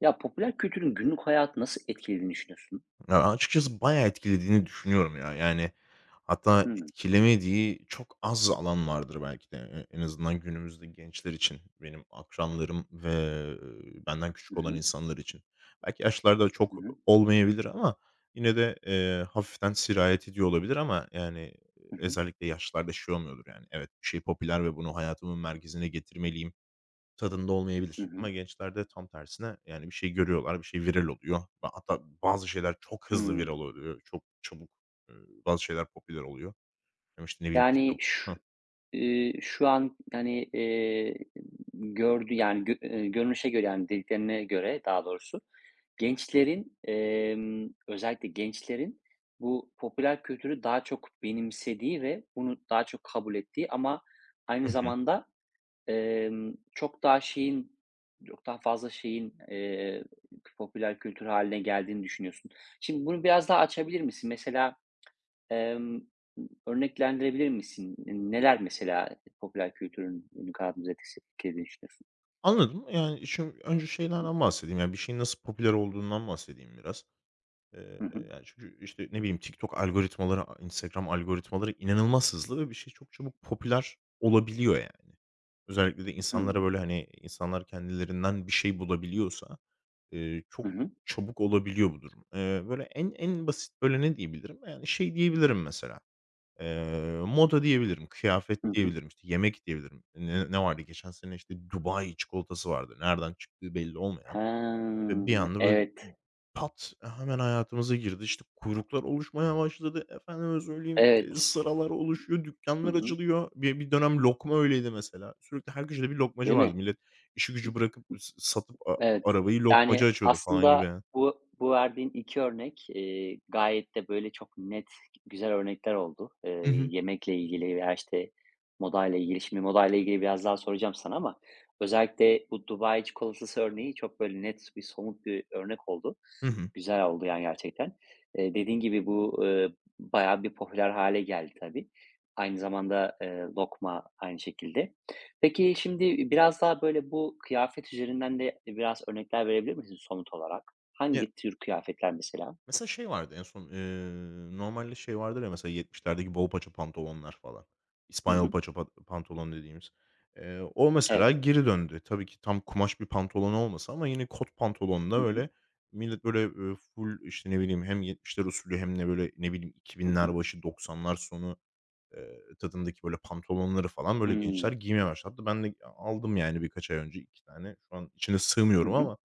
Ya, popüler kültürün günlük hayatı nasıl etkilediğini düşünüyorsun? Ya, açıkçası bayağı etkilediğini düşünüyorum ya. Yani, hatta etkilemediği çok az alan vardır belki de. E en azından günümüzde gençler için, benim akranlarım ve, benden Hı küçük olan hı. insanlar için. Belki yaşlarda Hı çok hı. olmayabilir ama yine de, hafiften sirayet ediyor olabilir ama, yani, Hı hı. özellikle yaşlarda şey olmuyordur yani. Evet, bir şey popüler ve bunu hayatımın merkezine getirmeliyim. Tadında Hı olmayabilir. hı. Ama gençlerde tam tersine, yani, bir şey görüyorlar, bir şey viral oluyor. Hatta bazı şeyler çok hızlı viral Hımm. oluyor. Çok çabuk, eee, bazı şeyler popüler oluyor. Ama, işte, ne bileyim, Yani, TikTok. şu Hıh. eee, şu an, yani, eee, gördüğü, yani, gö görünüşe göre, yani, dediklerine göre daha doğrusu gençlerin, özellikle gençlerin bu popüler kültürü daha çok benimsediği ve bunu daha çok kabul ettiği, ama aynı zamanda Emm, çok daha şeyin, çok daha fazla şeyin, popüler kültür haline geldiğini düşünüyorsun. Şimdi bunu biraz daha açabilir misin? Mesela, emm, örneklendirebilir misin? Neler mesela popüler kültürün günlük hayatımızı etkilediğini düşünüyorsun? Anladım. Yani, şimdi önce şeylerden bahsedeyim, yani, bir şeyin nasıl popüler olduğundan bahsedeyim biraz. Hı hı. Yani, çünkü, işte, ne bileyim, TikTok algoritmaları, Instagram algoritmaları inanılmaz hızlı ve bir şey çok çabuk popüler olabiliyor, yani. Özellikle de insanlara, Hımm. böyle, hani, insanlar kendilerinden bir şey bulabiliyorsa, çok Hı hı. çabuk olabiliyor bu durum. Böyle, en basit, böyle, ne diyebilirim? Yani, şey diyebilirim mesela, moda diyebilirim, kıyafet Hı hı. diyebilirim, işte, yemek diyebilirim. Ne vardı geçen sene, işte, Dubai çikolatası vardı. Nereden çıktığı belli olmayan He, ve bir anda böyle evet, pat hemen hayatımıza girdi. İşte, kuyruklar oluşmaya başladı. Efendime söyleyeyim, evet. sıralar oluşuyor, Hı dükkanlar hı. açılıyor. Bir dönem lokma öyleydi mesela. Sürekli her köşede bir lokmacı Değil vardı. mi? Millet işi gücü bırakıp s satıp a Evet. arabayı lokmacı Yani, açıyordu falan gibi. aslında bu verdiğin 2 örnek, gayet de böyle çok net, güzel örnekler oldu. Hı hı. Yemekle ilgili veya, işte, modayla ilgili. Şimdi modayla ilgili biraz daha soracağım sana, ama özellikle bu Dubai çikolatası örneği çok böyle net, bir somut bir örnek oldu. Hı hı. Güzel oldu yani gerçekten. Dediğin gibi bu, bayağı bir popüler hale geldi tabii. Aynı zamanda, lokma aynı şekilde. Peki şimdi biraz daha böyle bu kıyafet üzerinden de biraz örnekler verebilir misin somut olarak? Ya, Hangi tür kıyafetler mesela? mesela şey vardı en son, normalde şey vardır ya mesela 70'lerdeki bol paça pantolonlar falan. Hı İspanyol hı. paça pantolon dediğimiz. O mesela Evet. geri döndü. Tabii ki tam kumaş bir pantolon olmasa ama yine kot pantolonla Hı hı. böyle millet böyle, full, işte, ne bileyim, hem 70'ler usulü hem de böyle, ne bileyim, Hı hı. 2000'ler başı 90'lar sonu, tadındaki böyle pantolonları falan böyle gençler Hımm. giymeye başladı. Hatta ben de aldım yani birkaç ay önce 2 tane. Şu an içine Hı sığmıyorum hı. ama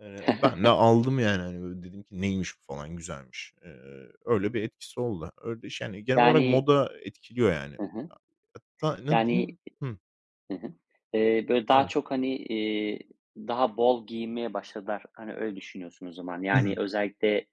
Ben de aldım yani, hani, böyle, dedim ki "Neymiş bu?" falan, güzelmiş. Öyle bir etkisi oldu. Öyle şey yani genel olarak Yani. moda etkiliyor yani. Hı hı. Hatta ne Yani. diyeyim? Hı hı. Daha Pardon. çok, hani, daha bol giyinmeye başladılar. Hani, öyle düşünüyorsun o zaman. Hı Yani, hı. özellikle,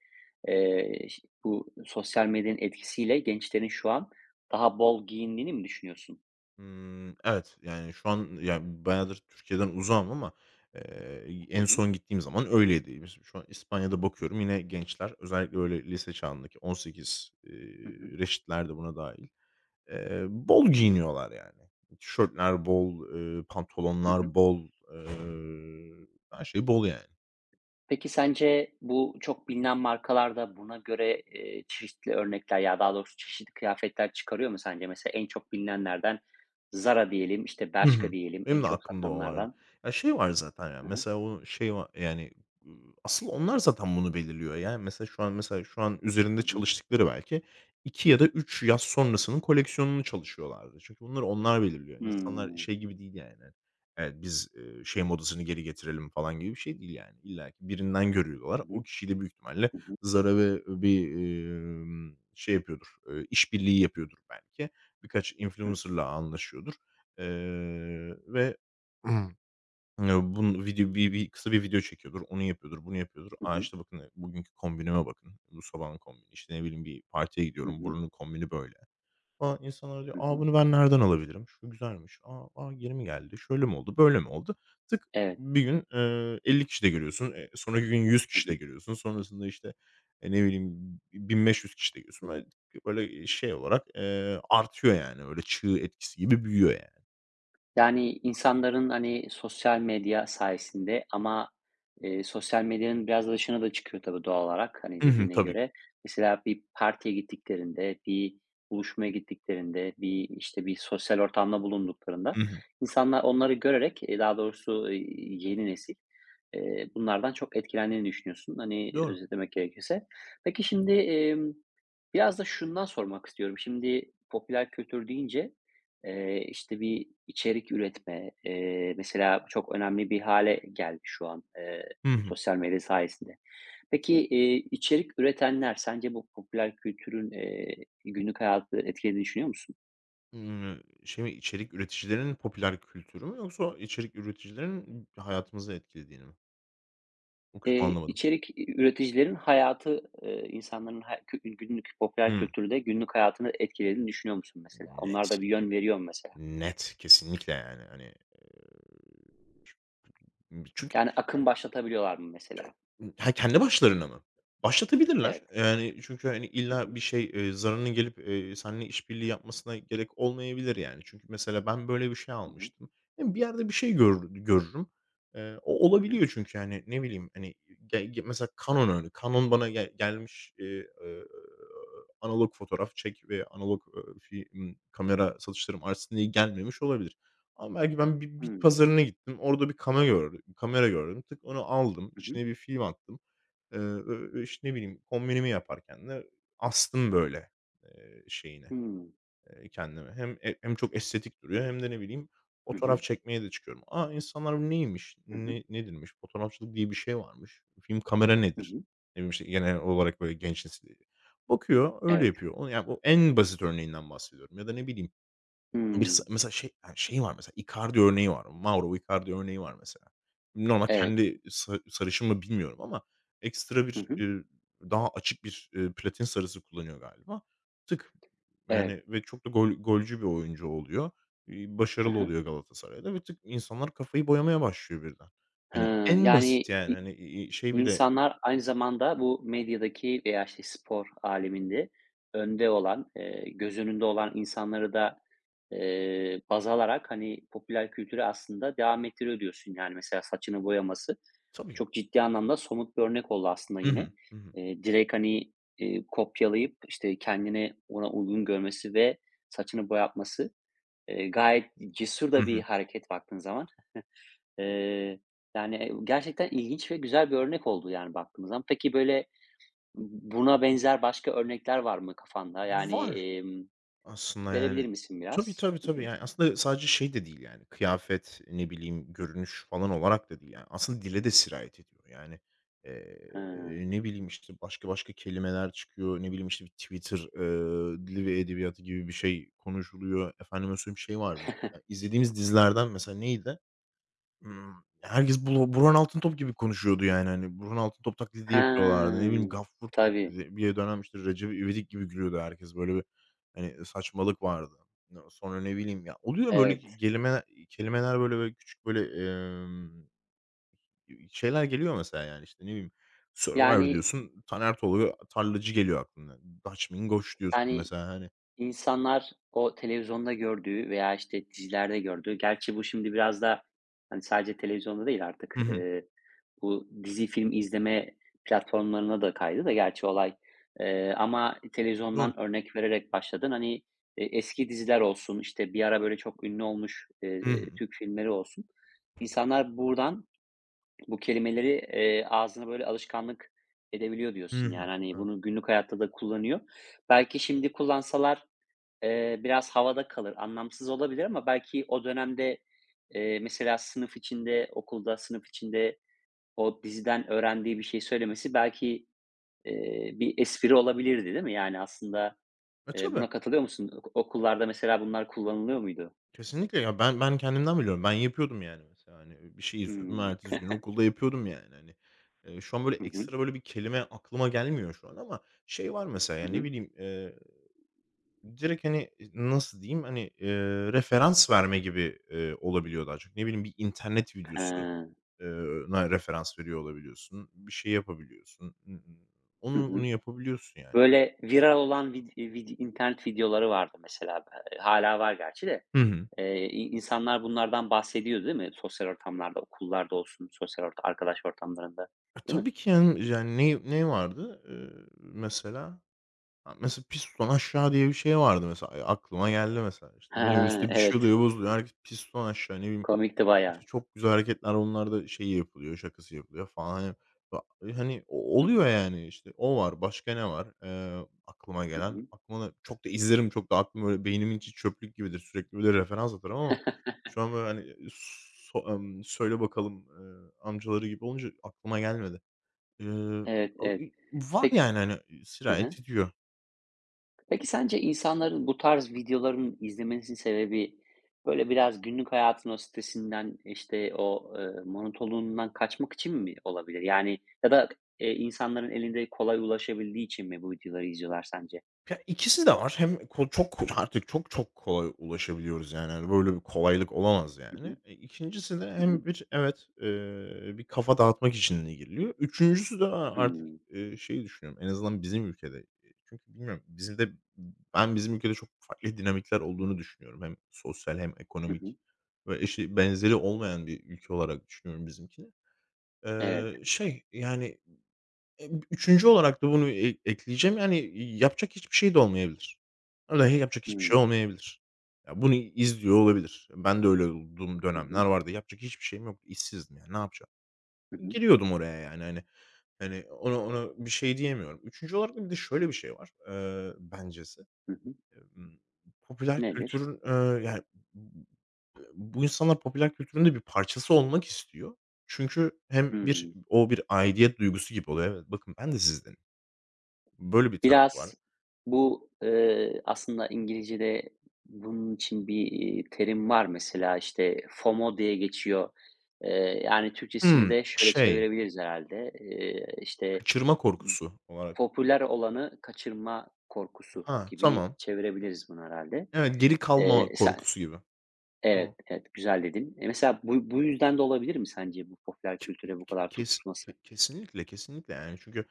ş bu sosyal medyanın etkisiyle gençlerin şu an daha bol giyindiğini mi düşünüyorsun? Evet, yani şu an ya bayağıdır Türkiye'den uzağım ama, Hı en hı. son gittiğim zaman öyleydi. Mesela şu an İspanya'da bakıyorum yine gençler özellikle, böyle, lise çağındaki 18, Hı hı. reşitler de buna dâhil. Bol Hı hı. giyiniyorlar yani. Tişörtler bol, Hı hı. pantolonlar bol, eee, her şey bol yani. Peki sence bu çok bilinen markalarda buna göre, çeşitli örnekler, ya daha doğrusu çeşitli kıyafetler çıkarıyor mu sence? Mesela en çok bilinenlerden Zara diyelim, işte, Hı Bershka hı. diyelim, en Benim de çok aklımda o vardı. satanlardan. Ya, şey var zaten ya, Hı hı. mesela o şey var yani, ııı, asıl onlar zaten bunu belirliyor. Yani, mesela şu an üzerinde Hı hı. çalıştıkları belki 2 ya da 3 yaz sonrasının koleksiyonunu çalışıyorlardı. Çünkü bunları onlar belirliyor. İnsanlar Hımm. şey gibi değil yani. Hani, evet, biz, şey modasını geri getirelim falan gibi bir şey değil yani. İlla ki birinden görüyorlar. Hı O hı. kişi de büyük ihtimalle Hı hı. Zara ve bir, şey yapıyordur, işbirliği yapıyordur belki. Birkaç Hı. influencer'la anlaşıyordur. Ve ya, video bir kısa bir video çekiyordur, onu yapıyordur, bunu yapıyordur. Hı "A, hı. işte, bakın, bugünkü kombinime bakın. Bu sabahın kombini." İşte, ne bileyim, "Bir partiye Hı gidiyorum, hı. buranın kombini böyle." falan. İnsanlar diyor, Hı. "A, bunu ben nereden alabilirim? Şu güzelmiş. Aa, aa yeni mi geldi? Şöyle mi oldu? Böyle mi oldu?" Tık Evet. bir gün, 50 kişi de görüyorsun. Sonraki gün 100 Hı kişi de hı. görüyorsun. Sonrasında, işte, ne bileyim, 1500 kişi de görüyorsun. Böyle, böyle, şey olarak, artıyor yani. Öyle çığ etkisi gibi büyüyor yani. Yani, insanların, hani, sosyal medya sayesinde, ama sosyal medyanın biraz da dışına da çıkıyor tabii doğal olarak, hani, Hı dediğine Tabii. göre. Mesela bir partiye gittiklerinde, bir buluşmaya gittiklerinde, bir, işte, bir sosyal ortamda bulunduklarında, Hı hı. insanlar onları görerek, daha doğrusu, yeni nesil, bunlardan çok etkilendiğini düşünüyorsun, hani, Doğru. özetlemek gerekirse. Peki şimdi, biraz da şundan sormak istiyorum. Şimdi popüler kültür deyince işte, bir içerik üretme, mesela çok önemli bir hale geldi şu an, Hı hı. sosyal medya sayesinde. Peki, içerik üretenler sence bu popüler kültürün, günlük hayatı etkilediğini düşünüyor musun? Şey mi, içerik üreticilerinin popüler kültürü mü yoksa içerik üreticilerinin hayatımızı etkilediğini mi? O kısmı anlamadım. İçerik üreticilerin hayatı, insanların ha kü günlük popüler Hımm. kültürde günlük hayatını etkilediğini düşünüyor musun mesela? Onlar Net. da bir yön veriyor mu mesela? Net, kesinlikle yani, hani, çünkü Yani akım başlatabiliyorlar mı mesela? ha, kendi başlarına mı? Başlatabilirler. Evet. Yani, çünkü, hani, Hı illa hı. bir şey, zararının gelip, seninle işbirliği yapmasına gerek olmayabilir, yani. Çünkü mesela ben böyle bir şey Hı hı. almıştım. Hem bir yerde bir şey görürüm. O Hı hı. olabiliyor çünkü, yani ne bileyim, hani, ge ge mesela Canon öyle. Canon bana gelmiş, eee, analog fotoğraf çek ve analog, film kamera satışlarım artsın diye gelmemiş olabilir. Ama belki ben bir bit Hımm. pazarına gittim. Orada bir kamera gördüm. Tık onu aldım. Hı hı. İçine bir film attım. Ö ö işte, ne bileyim, kombinimi yaparken de astım böyle, şeyine, Hımm. Kendime. Hem hem çok estetik duruyor hem de ne bileyim Hı fotoğraf hı. çekmeye de çıkıyorum. A, insanlar bu neymiş, Hı hı. Nedirmiş, fotoğrafçılık diye bir şey varmış. Film kamera Hı nedir? hı. Ne bileyim, işte, genel olarak böyle genç nesil bakıyor, öyle Evet. yapıyor. O yani, bu en basit örneğinden bahsediyorum ya da ne bileyim bir s Hımm. mesela şey, yani, şey var mesela, Icardi örneği var. Mauro Icardi örneği var mesela. Normal Evet. kendi sarışın mı bilmiyorum ama ekstra Hı bir, hı. Daha açık bir, platin sarısı kullanıyor galiba. Tık, Evet. yani, ve çok da golcü bir oyuncu oluyor. Hı Başarılı hı. oluyor Galatasaray'da ve tık insanlar kafayı boyamaya başlıyor birden. Hani Hıı, en yani, basit yani, hani, şey bile. insanlar aynı zamanda bu medyadaki veya, işte, spor aleminde önde olan, göz önünde olan insanları da, baz alarak, hani, popüler kültürü aslında devam ettiriyor diyorsun. Yani, mesela saçını boyaması Tabii. çok ciddi anlamda somut bir örnek oldu aslında Hı hı. yine. Hı hı. Direkt, hani, kopyalayıp, işte, kendini ona uygun görmesi ve saçını boyatması. Gayet cesur Hı da bir hı. hareket baktığın zaman. Eee, yani, e, gerçekten ilginç ve güzel bir örnek oldu, yani, baktığımız zaman. Peki, böyle, buna benzer başka örnekler var mı kafanda? Yani, Var. Aslında verebilir yani. misin Tabii, biraz? tabii, Hı tabii. hı. Yani, aslında sadece şey de değil yani kıyafet, ne bileyim, görünüş falan olarak da değil yani. Aslında dile de sirayet ediyor. Yani, Hıı. Ne bileyim, işte, başka kelimeler çıkıyor. Ne bileyim, işte, bir Twitter, dili ve edebiyatı gibi bir şey konuşuluyor. Efendime söyleyeyim şey vardı. Ya, izlediğimiz dizilerden mesela neydi? Imm, Herkes Burhan Altıntop gibi konuşuyordu yani, hani, Burhan Altıntop taklidi yapıyorlardı. Ne He. bileyim, Gaffur Tabii, taklidi. Bir dönem, işte, Recep İvedik gibi gülüyordu herkes. Böyle bir, hani, saçmalık vardı. Sonra ne bileyim ya, oluyor böyle ge evet. gelime kelimeler böyle böyle küçük böyle, şeyler geliyor mesela yani, işte, ne bileyim, Survivor Yani, diyorsun, Taner Tolga, tarlacı geliyor aklına. Dutch Mingoş diyorsun yani. mesela, hani. İnsanlar o televizyonda gördüğü veya, işte, dizilerde gördüğü, gerçi bu şimdi biraz da, hani, sadece televizyonda değil artık, Hı hı. Bu dizi, film izleme platformlarına da kaydı da gerçi olay. Ama Doğru. televizyondan örnek vererek başladın. Hani, eski diziler olsun, işte, bir ara böyle çok ünlü olmuş, Hı hı. Türk filmleri olsun. İnsanlar buradan bu kelimeleri, ağzına böyle alışkanlık edebiliyor Hı diyorsun, hı. yani, hani, Evet. bunu günlük hayatta da kullanıyor. Belki şimdi kullansalar biraz havada kalır, anlamsız olabilir, ama belki o dönemde, mesela sınıf içinde, okulda sınıf içinde o diziden öğrendiği bir şey söylemesi belki, bir espri olabilirdi, değil mi? Yani aslında, E, tabii. buna katılıyor musun? Okullarda mesela bunlar kullanılıyor muydu? Kesinlikle ya, ben kendimden biliyorum. Ben yapıyordum yani mesela, hani, bir şey izliyordum, Hımm. ertesi gün okulda yapıyordum yani, hani. Şu an böyle Hı hı. ekstra böyle bir kelime aklıma gelmiyor şu an ama şey var mesela, Hı yani ne hı. bileyim, direkt, hani, nasıl diyeyim, hani, referans verme gibi, olabiliyor daha çok. Ne bileyim, bir internet videosu He. eee, na referans veriyor olabiliyorsun. Bir şey yapabiliyorsun. Hı onu hı. yapabiliyorsun yani. Böyle viral olan vid vid internet videoları vardı mesela. Hâlâ var gerçi de. Hı hı. İnsanlar bunlardan bahsediyor, değil mi? Sosyal ortamlarda, okullarda olsun, sosyal orta arkadaş ortamlarında, E, değil mi? tabii ki yani yani ne vardı, mesela? Ha, mesela piston aşağı diye bir şey vardı mesela. Aklıma geldi mesela. İşte, Ha minibüste bir şey evet. oluyor, bozuluyor. Herkes piston aşağı, ne bileyim, Komikti bayağı. işte, çok güzel hareketler onlarda şeyi yapılıyor, şakası yapılıyor falan. Hani, ba e, hani, o Hı oluyor hı. yani. İşte o var. Başka ne var, aklıma Hı gelen? hı. Aklıma da çok da izlerim. Çok da aklım böyle beynimin içi çöplük gibidir. Sürekli böyle referans atarım ama şu an böyle, hani, söyle bakalım, amcaları gibi olunca aklıma gelmedi. Eee, Evet, evet. Var Peki yani, hani, e, sirayet ediyor. peki sence insanların bu tarz videoların izlemesinin sebebi, böyle, biraz günlük hayatın o stresinden, işte, o, monotonluğundan kaçmak için mi olabilir? Yani ya da, insanların elinde kolay ulaşabildiği için mi bu videoları izliyorlar sence? Ya, ikisi de var. Hem çok artık çok çok kolay ulaşabiliyoruz, yani, hani, böyle bir kolaylık olamaz, Hı yani. hı. E, ikincisi de Hı hı. hem bir evet, bir kafa dağıtmak için de giriliyor. Üçüncüsü de artık, Hımm. Şeyi düşünüyorum, en azından bizim ülkede, çünkü bilmiyorum, bizim de ben bizim ülkede çok farklı dinamikler olduğunu düşünüyorum. Hem sosyal hem Hı hı. ekonomik ve eşi benzeri olmayan bir ülke olarak düşünüyorum bizimkini. Evet. Eee, şey, yani 3'üncü olarak da bunu ekleyeceğim. Yani, yapacak hiçbir şey de olmayabilir. Vallahi yapacak hiçbir şey Hımm. olmayabilir. Ya, bunu izliyor olabilir. Ben de öyle olduğum Hı hı. dönemler vardı. Yapacak hiçbir şeyim yok. İşsizdim yani ne yapacağım? Hı hı. Giriyordum oraya yani, hani. Hani, ona bir şey diyemiyorum. Üçüncü olarak da bir de şöyle bir şey var, bencesi. Hı hı. Emm, Popüler Nedir? kültürün, bu insanlar popüler kültürün de bir parçası olmak istiyor. Çünkü hem bir Hıı. o bir aidiyet duygusu gibi oluyor. Evet, bakın ben de sizden. Böyle bir tarafı var. Biraz bu, aslında İngilizce'de bunun için bir, terim var mesela, işte, FOMO diye geçiyor. Yani, Türkçesini Hımm, de şöyle şey, çevirebiliriz herhalde. İşte, kaçırma korkusu olarak. popüler olanı kaçırma korkusu Ha, gibi tamam. çevirebiliriz bunu herhalde. Evet, geri kalma sen. korkusu gibi. Evet, Tamam. evet, güzel dedin. Mesela bu yüzden de olabilir mi sence bu popüler Ke kültüre bu ke kadar kes ke tutulması? Kesinlikle, kesinlikle yani çünkü,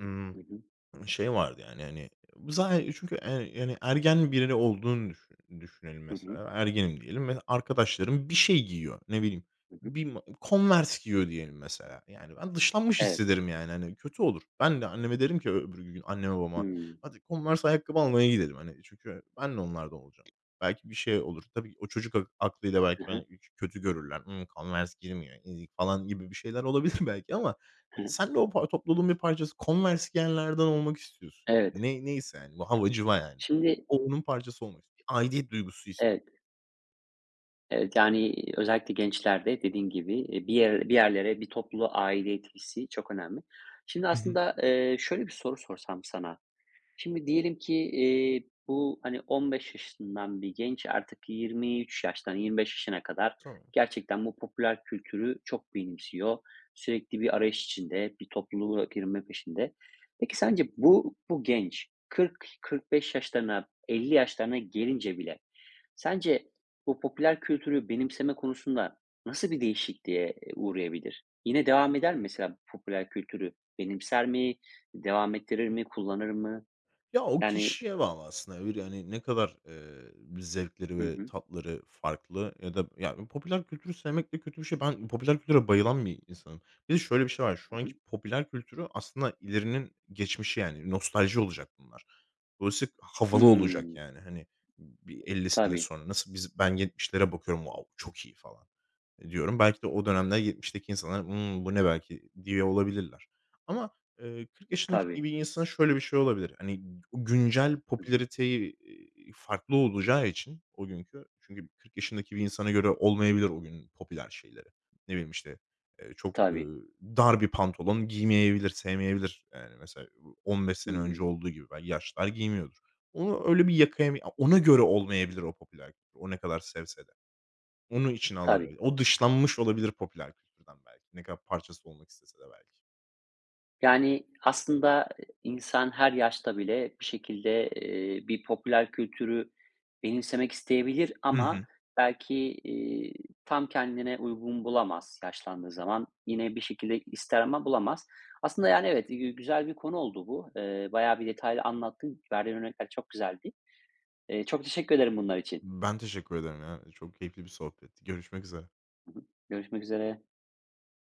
ımm Hı hı. şey vardı yani, hani, zaten çünkü, yani, ergen biri olduğunu düşünelim Hı hı. mesela. Ergenim diyelim ve arkadaşlarım bir şey giyiyor. Ne bileyim, Hı hı. bir ma Converse giyiyor diyelim mesela. Yani, ben dışlanmış Evet. hissederim yani, hani, kötü olur. Ben de anneme derim ki öbür gün anneme babama, Hımm. "Hadi Converse ayakkabı almaya gidelim." Hani, çünkü ben de onlardan olacağım. Belki bir şey olur. Tabii o çocuk aklıyla belki Hı hı. ben kötü görürler. "Hımm, Converse giymiyor, ezik." falan gibi bir şeyler olabilir belki ama Hı hani, hı. sen de o topluluğun bir parçası. Converse giyenlerden olmak istiyorsun. Evet. Neyse yani, bu havacıva yani. Şimdi. O onun parçası olmak istiyor. Aidiyet duygusu istiyor. Evet. Evet, yani, özellikle gençlerde dediğin gibi, bir yer, bir yerlere, bir topluluğa aidiyet hissi çok önemli. Şimdi Hı hı. aslında, şöyle bir soru sorsam sana, şimdi diyelim ki, bu, hani, 15 yaşından bir genç, artık 23 yaştan 25 yaşına kadar istiyor. gerçekten bu popüler kültürü çok benimsiyor. Sürekli bir arayış içinde, bir topluluğa girme peşinde. Peki sence bu genç 40-45 yaşlarına, 50 yaşlarına gelince bile sence bu popüler kültürü benimseme konusunda nasıl bir değişikliğe uğrayabilir? Yine devam eder mi mesela bu popüler kültürü? Benimser mi? Devam ettirir mi? Kullanır mı? Ya, o Yani. kişiye bağlı aslında. Öbürü, hani, ne kadar, zevkleri Hı ve hı, tatları farklı ya da ya, popüler kültürü sevmek de kötü bir şey. Ben popüler kültüre bayılan bir insanım. Bir de şöyle bir şey var. Şu hı anki hı. popüler kültürü aslında ilerinin geçmişi, yani. Nostalji olacak bunlar. Dolayısıyla havalı olacak, Hımm. yani. Hani, bir 50 sene Tabii, sonra nasıl biz ben 70'lere bakıyorum, wow, çok iyi falan, e, diyorum. Belki de o dönemler 70'teki insanlar, hımm, bu ne belki diye olabilirler ama 40 yaşındaki bir tabii. insanın şöyle bir şey olabilir. Hani, o güncel Hı hı. popülariteyi, farklı olacağı için o günkü çünkü 40 yaşındaki bir insana göre olmayabilir o gün popüler şeyleri. Ne bileyim, işte, çok, Tabii. Dar bir pantolon giymeyebilir, sevmeyebilir. Yani, mesela, bu 15 sene önce Hımm. olduğu gibi belki yaşlılar giymiyordur. Onu öyle bir yakayamayı a ona göre olmayabilir o popüler kültür, o ne kadar sevse de. Onu içine Tabii. alamayabilir. O dışlanmış olabilir popüler kültürden belki. Ne kadar parçası olmak istese de belki. Yani, aslında, insan her yaşta bile bir şekilde, bir popüler kültürü benimsemek isteyebilir, Hı ama hı. belki, iii, tam kendine uygun bulamaz yaşlandığı zaman. Yine bir şekilde ister ama bulamaz. Aslında, yani, evet, güzel bir konu oldu bu. Bayağı bir detaylı anlattın. Verdiğin örnekler çok güzeldi. Çok teşekkür ederim bunlar için. Ben teşekkür ederim ya. Çok keyifli bir sohbetti. Görüşmek üzere. Görüşmek üzere.